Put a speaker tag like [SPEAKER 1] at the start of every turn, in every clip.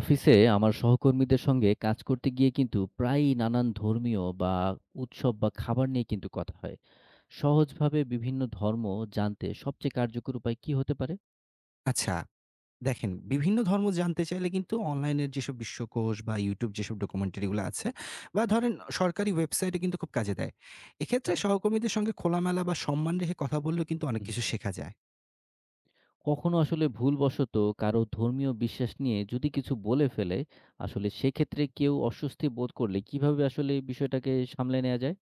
[SPEAKER 1] অফিসে আমার সহকর্মীদের সঙ্গে কাজ করতে গিয়ে কিন্তু প্রায়ই নানান ধর্মীয় বা উৎসব বা খাবার নিয়ে কিন্তু কথা হয়। সহজভাবে বিভিন্ন ধর্ম জানতে সবচেয়ে কার্যকর উপায় কি হতে পারে?
[SPEAKER 2] আচ্ছা, দেখেন বিভিন্ন ধর্ম জানতে চাইলে কিন্তু অনলাইনের যেসব বিশ্বকোষ বা YouTube যেসব ডকুমেন্টারি গুলো আছে বা ধরেন সরকারি ওয়েবসাইটে কিন্তু খুব কাজে দেয়।
[SPEAKER 1] আচ্ছা,
[SPEAKER 2] এক্ষেত্রে সহকর্মীদের সঙ্গে খোলামেলা বা সম্মান রেখে কথা বললেও কিন্তু অনেক
[SPEAKER 1] হুম।
[SPEAKER 2] কিছু শেখা যায়।
[SPEAKER 1] কখনো আসলে ভুলবশত কারো ধর্মীয় বিশ্বাস নিয়ে যদি কিছু বলে ফেলে, আসলে সেক্ষেত্রে কেউ অস্বস্তি বোধ করলে কিভাবে আসলে এই বিষয়টাকে সামলে নেওয়া যায়?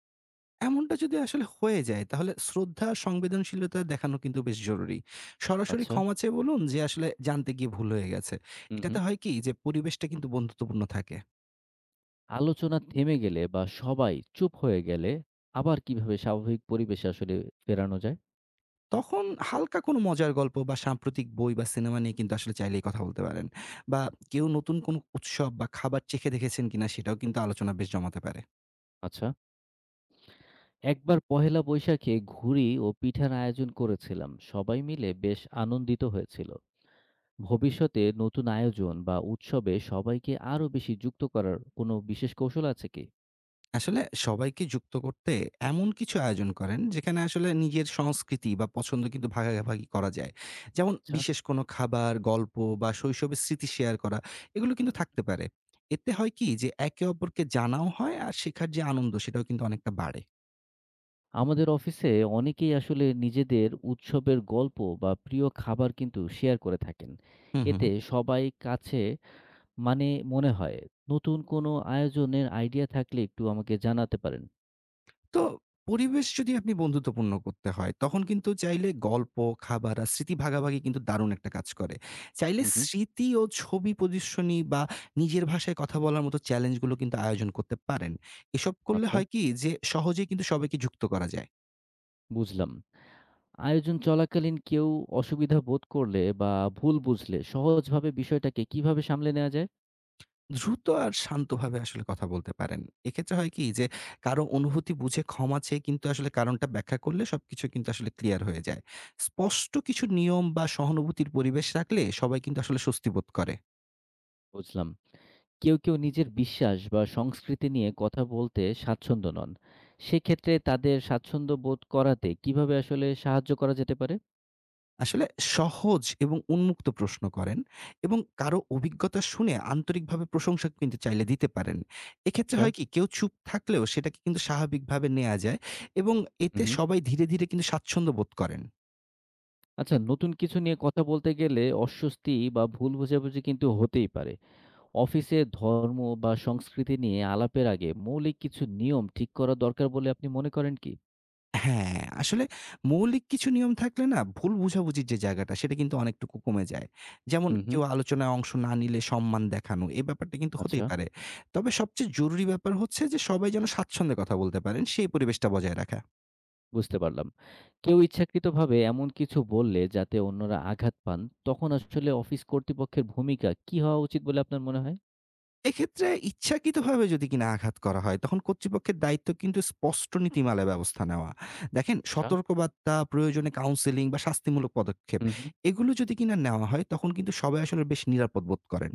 [SPEAKER 2] এমনটা যদি আসলে হয়ে যায়, তাহলে শ্রদ্ধা আর সংবেদনশীলতা দেখানো কিন্তু বেশ জরুরি। সরাসরি
[SPEAKER 1] আচ্ছা,
[SPEAKER 2] ক্ষমা চেয়ে বলুন যে আসলে জানতে গিয়ে ভুল হয়ে গেছে।
[SPEAKER 1] হুম হুম।
[SPEAKER 2] এটাতে হয় কি, যে পরিবেশটা কিন্তু বন্ধুত্বপূর্ণ থাকে।
[SPEAKER 1] আলোচনা থেমে গেলে বা সবাই চুপ হয়ে গেলে আবার কিভাবে স্বাভাবিক পরিবেশে আসলে ফেরানো যায়?
[SPEAKER 2] তখন হালকা কোনো মজার গল্প বা সাম্প্রতিক বই বা সিনেমা নিয়ে কিন্তু আসলে চাইলেই কথা বলতে পারেন। বা কেউ নতুন কোনো উৎসব বা খাবার চেখে দেখেছেন কিনা, সেটাও কিন্তু আলোচনা বেশ জমাতে পারে।
[SPEAKER 1] আচ্ছা, একবার পহেলা বৈশাখে ঘুড়ি ও পিঠার আয়োজন করেছিলাম, সবাই মিলে বেশ আনন্দিত হয়েছিল। ভবিষ্যতে নতুন আয়োজন বা উৎসবে সবাইকে আরো বেশি যুক্ত করার কোনো বিশেষ কৌশল আছে কি?
[SPEAKER 2] আসলে সবাইকে যুক্ত করতে এমন কিছু আয়োজন করেন, যেখানে আসলে নিজের সংস্কৃতি বা পছন্দ কিন্তু ভাগাভাগি করা যায়। যেমন
[SPEAKER 1] আচ্ছা।
[SPEAKER 2] বিশেষ কোনো খাবার, গল্প বা শৈশবের স্মৃতি শেয়ার করা, এগুলো কিন্তু থাকতে পারে। এতে হয় কি, যে একে অপরকে জানাও হয় আর শেখার যে আনন্দ, সেটাও কিন্তু অনেকটা বাড়ে।
[SPEAKER 1] আমাদের অফিসে অনেকেই আসলে নিজেদের উৎসবের গল্প বা প্রিয় খাবার কিন্তু শেয়ার করে থাকেন।
[SPEAKER 2] হুম, হুম।
[SPEAKER 1] এতে সবাই কাছে, মানে মনে হয়। নতুন কোনো আয়োজনের আইডিয়া থাকলে একটু আমাকে জানাতে পারেন।
[SPEAKER 2] তো পরিবেশ যদি আপনি বন্ধুত্বপূর্ণ করতে হয়, তখন কিন্তু চাইলে গল্প, খাবার আর স্মৃতি ভাগাভাগি কিন্তু দারুণ একটা কাজ করে। চাইলে
[SPEAKER 1] হুম হুম।
[SPEAKER 2] স্মৃতি ও ছবি প্রদর্শনী বা নিজের ভাষায় কথা বলার মতো চ্যালেঞ্জগুলো কিন্তু আয়োজন করতে পারেন। এসব করলে
[SPEAKER 1] আচ্ছা,
[SPEAKER 2] হয় কি, যে সহজেই কিন্তু সবাইকে যুক্ত করা যায়।
[SPEAKER 1] বুঝলাম। আয়োজন চলাকালীন কেউ অসুবিধা বোধ করলে বা ভুল বুঝলে সহজভাবে বিষয়টাকে কিভাবে সামলে নেওয়া যায়?
[SPEAKER 2] দ্রুত আর শান্তভাবে আসলে কথা বলতে পারেন। এক্ষেত্রে হয় কি, যে কারো অনুভূতি বুঝে ক্ষমা চেয়ে কিন্তু আসলে কারণটা ব্যাখ্যা করলে সবকিছু কিন্তু আসলে ক্লিয়ার হয়ে যায়। স্পষ্ট কিছু নিয়ম বা সহানুভূতির পরিবেশ রাখলে সবাই কিন্তু আসলে স্বস্তি বোধ করে।
[SPEAKER 1] বুঝলাম। কেউ নিজের বিশ্বাস বা সংস্কৃতি নিয়ে কথা বলতে স্বাচ্ছন্দ্য নন। সেক্ষেত্রে তাদের স্বাচ্ছন্দ্য বোধ করাতে কিভাবে আসলে সাহায্য করা যেতে পারে?
[SPEAKER 2] আসলে সহজ এবং উন্মুক্ত প্রশ্ন করেন এবং কারো অভিজ্ঞতা শুনে আন্তরিকভাবে প্রশংসা কিন্তু চাইলে দিতে পারেন। এক্ষেত্রে
[SPEAKER 1] আচ্ছা।
[SPEAKER 2] হয় কি, কেউ চুপ থাকলেও সেটাকে কিন্তু স্বাভাবিকভাবে নেয়া যায় এবং
[SPEAKER 1] হু,
[SPEAKER 2] এতে
[SPEAKER 1] হুম।
[SPEAKER 2] সবাই ধীরে ধীরে কিন্তু স্বাচ্ছন্দ্য বোধ করেন।
[SPEAKER 1] আচ্ছা, নতুন কিছু নিয়ে কথা বলতে গেলে অস্বস্তি বা ভুল বোঝাবুঝি কিন্তু হতেই পারে। অফিসে ধর্ম বা সংস্কৃতি নিয়ে আলাপের আগে মৌলিক কিছু নিয়ম ঠিক করা দরকার বলে আপনি মনে করেন কি?
[SPEAKER 2] হ্যাঁ, আসলে মৌলিক কিছু নিয়ম থাকলে না, ভুল বোঝাবুঝির যে জায়গাটা, সেটা কিন্তু অনেকটুকু কমে যায়। যেমন
[SPEAKER 1] হু, হুম।
[SPEAKER 2] কেউ আলোচনায় অংশ না নিলে সম্মান দেখানো, এই ব্যাপারটা কিন্তু
[SPEAKER 1] আচ্ছা।
[SPEAKER 2] হতেই পারে। তবে সবচেয়ে জরুরি ব্যাপার হচ্ছে যে সবাই যেন স্বাচ্ছন্দ্যে কথা বলতে পারেন, সেই পরিবেশটা বজায় রাখা।
[SPEAKER 1] বুঝতে পারলাম। কেউ ইচ্ছাকৃতভাবে এমন কিছু বললে যাতে অন্যরা আঘাত পান, তখন আসলে অফিস কর্তৃপক্ষের ভূমিকা কি হওয়া উচিত বলে আপনার মনে হয়?
[SPEAKER 2] এক্ষেত্রে ইচ্ছাকৃতভাবে যদি কিনা আঘাত করা হয়, তখন কর্তৃপক্ষের দায়িত্ব কিন্তু স্পষ্ট নীতিমালায় ব্যবস্থা নেওয়া। দেখেন
[SPEAKER 1] আচ্ছা,
[SPEAKER 2] সতর্কবার্তা, প্রয়োজনে কাউন্সেলিং বা শাস্তিমূলক পদক্ষেপ,
[SPEAKER 1] হুম, হুম।
[SPEAKER 2] এগুলো যদি কিনা নেওয়া হয়, তখন কিন্তু সবাই আসলে বেশ নিরাপদ বোধ করেন।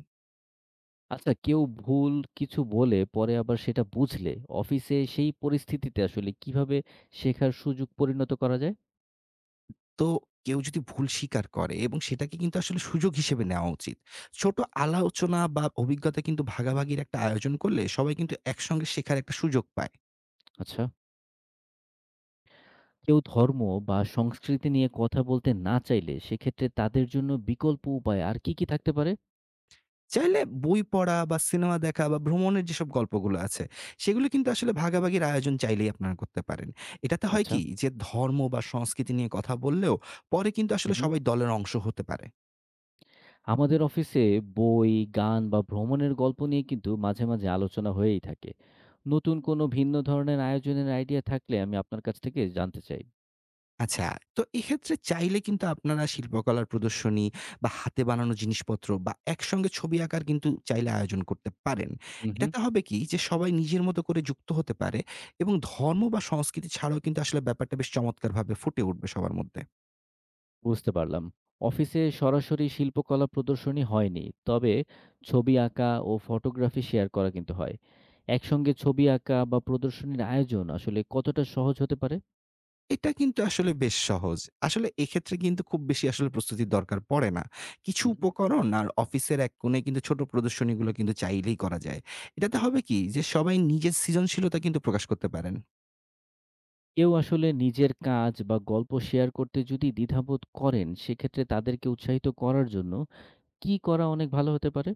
[SPEAKER 1] আচ্ছা, কেউ ভুল কিছু বলে পরে আবার সেটা বুঝলে অফিসে সেই পরিস্থিতিতে আসলে কিভাবে শেখার সুযোগ পরিণত করা যায়?
[SPEAKER 2] তো কেউ যদি ভুল স্বীকার করে, এবং সেটাকে কিন্তু আসলে সুযোগ হিসেবে নেওয়া উচিত। ছোট আলাওচনা বা অভিজ্ঞতা কিন্তু ভাগাভাগির একটা আয়োজন করলে সবাই কিন্তু একসঙ্গে শেখার একটা সুযোগ পায়।
[SPEAKER 1] আচ্ছা। কেউ ধর্ম বা সংস্কৃতি নিয়ে কথা বলতে না চাইলে সেক্ষেত্রে তাদের জন্য বিকল্প উপায় আর কি থাকতে পারে?
[SPEAKER 2] চাইলে বই পড়া বা সিনেমা দেখা বা ভ্রমণের যেসব গল্পগুলো আছে, সেগুলো কিন্তু আসলে ভাগাভাগির আয়োজন চাইলেই আপনারা করতে পারেন। এটাতে হয়
[SPEAKER 1] আচ্ছা।
[SPEAKER 2] কি, যে ধর্ম বা সংস্কৃতি নিয়ে কথা বললেও পরে কিন্তু
[SPEAKER 1] হুম,
[SPEAKER 2] আসলে
[SPEAKER 1] হুম।
[SPEAKER 2] সবাই দলের অংশ হতে পারে।
[SPEAKER 1] আমাদের অফিসে বই, গান বা ভ্রমণের গল্প নিয়ে কিন্তু মাঝে, মাঝে আলোচনা হয়েই থাকে। নতুন কোনো ভিন্ন ধরনের আয়োজনের আইডিয়া থাকলে আমি আপনার কাছ থেকে জানতে চাই।
[SPEAKER 2] আচ্ছা, তো এক্ষেত্রে চাইলে কিন্তু আপনারা শিল্পকলার প্রদর্শনী বা হাতে বানানো জিনিসপত্র বা একসঙ্গে ছবি আঁকার কিন্তু চাইলে আয়োজন করতে পারেন।
[SPEAKER 1] হুম হুম।
[SPEAKER 2] এটাতে হবে কি, যে সবাই নিজের মতো করে যুক্ত হতে পারে এবং ধর্ম বা সংস্কৃতি ছাড়াও কিন্তু আসলে ব্যাপারটা বেশ চমৎকারভাবে ফুটে উঠবে সবার মধ্যে।
[SPEAKER 1] বুঝতে পারলাম। অফিসে সরাসরি শিল্পকলা প্রদর্শনী হয়নি, তবে ছবি আঁকা ও ফটোগ্রাফি শেয়ার করা কিন্তু হয়। একসঙ্গে ছবি আঁকা বা প্রদর্শনীর আয়োজন আসলে কতটা সহজ হতে পারে?
[SPEAKER 2] এটা কিন্তু আসলে বেশ সহজ। আসলে এক্ষেত্রে কিন্তু খুব বেশি আসলে প্রস্তুতির দরকার পড়ে না। কিছু
[SPEAKER 1] হুম হুম,
[SPEAKER 2] উপকরণ আর অফিসের এক কোণে কিন্তু ছোট প্রদর্শনীগুলো কিন্তু চাইলেই করা যায়। এটাতে
[SPEAKER 1] আচ্ছা।
[SPEAKER 2] হবে কি, যে সবাই নিজের সৃজনশীলতা কিন্তু প্রকাশ করতে পারেন।
[SPEAKER 1] কেউ আসলে নিজের কাজ বা গল্প শেয়ার করতে যদি দ্বিধাবোধ করেন, সেক্ষেত্রে তাদেরকে উৎসাহিত করার জন্য কি করা অনেক ভালো হতে পারে?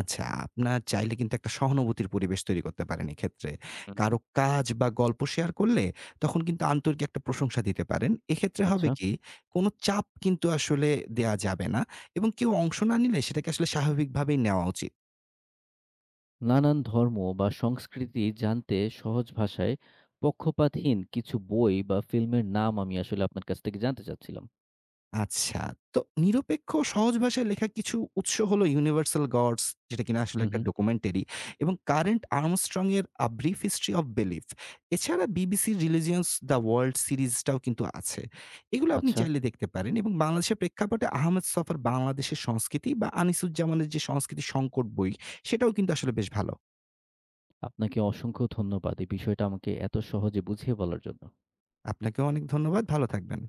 [SPEAKER 2] আচ্ছা, আপনার চাইলে কিন্তু একটা সহানুভূতির পরিবেশ তৈরি করতে পারেন এক্ষেত্রে।
[SPEAKER 1] হুম, হুম।
[SPEAKER 2] কারো কাজ বা গল্প শেয়ার করলে তখন কিন্তু আন্তরিক একটা প্রশংসা দিতে পারেন। এক্ষেত্রে হবে
[SPEAKER 1] আচ্ছা।
[SPEAKER 2] কি, কোনো চাপ কিন্তু আসলে দেয়া যাবে না এবং কেউ অংশ না নিলে সেটাকে আসলে স্বাভাবিকভাবেই নেওয়া উচিত।
[SPEAKER 1] নানান ধর্ম বা সংস্কৃতি জানতে সহজ ভাষায় পক্ষপাতহীন কিছু বই বা ফিল্মের নাম আমি আসলে আপনার কাছ থেকে জানতে চাচ্ছিলাম।
[SPEAKER 2] আচ্ছা। তো নিরপেক্ষ ও সহজ ভাষায় লেখা কিছু উৎস হলো 'Universal Gods', যেটা কিনা আসলে
[SPEAKER 1] হুম,
[SPEAKER 2] একটা
[SPEAKER 1] হুম।
[SPEAKER 2] ডকুমেন্টারি, এবং 'Current Armstrong এর A Brief History of Belief'। এছাড়া বিবিসির 'Religions the World' সিরিজটাও কিন্তু আছে। এগুলো আপনি
[SPEAKER 1] আচ্ছা।
[SPEAKER 2] চাইলে দেখতে পারেন। এবং বাংলাদেশের প্রেক্ষাপটে আহমেদ ছফার 'বাংলাদেশের সংস্কৃতি' বা আনিসুজ্জামানের যে 'সংস্কৃতি সংকট' বই, সেটাও কিন্তু আসলে বেশ ভালো।
[SPEAKER 1] আপনাকে অসংখ্য ধন্যবাদ এই বিষয়টা আমাকে এত সহজে বুঝিয়ে বলার জন্য।
[SPEAKER 2] আপনাকেও অনেক ধন্যবাদ। ভালো থাকবেন।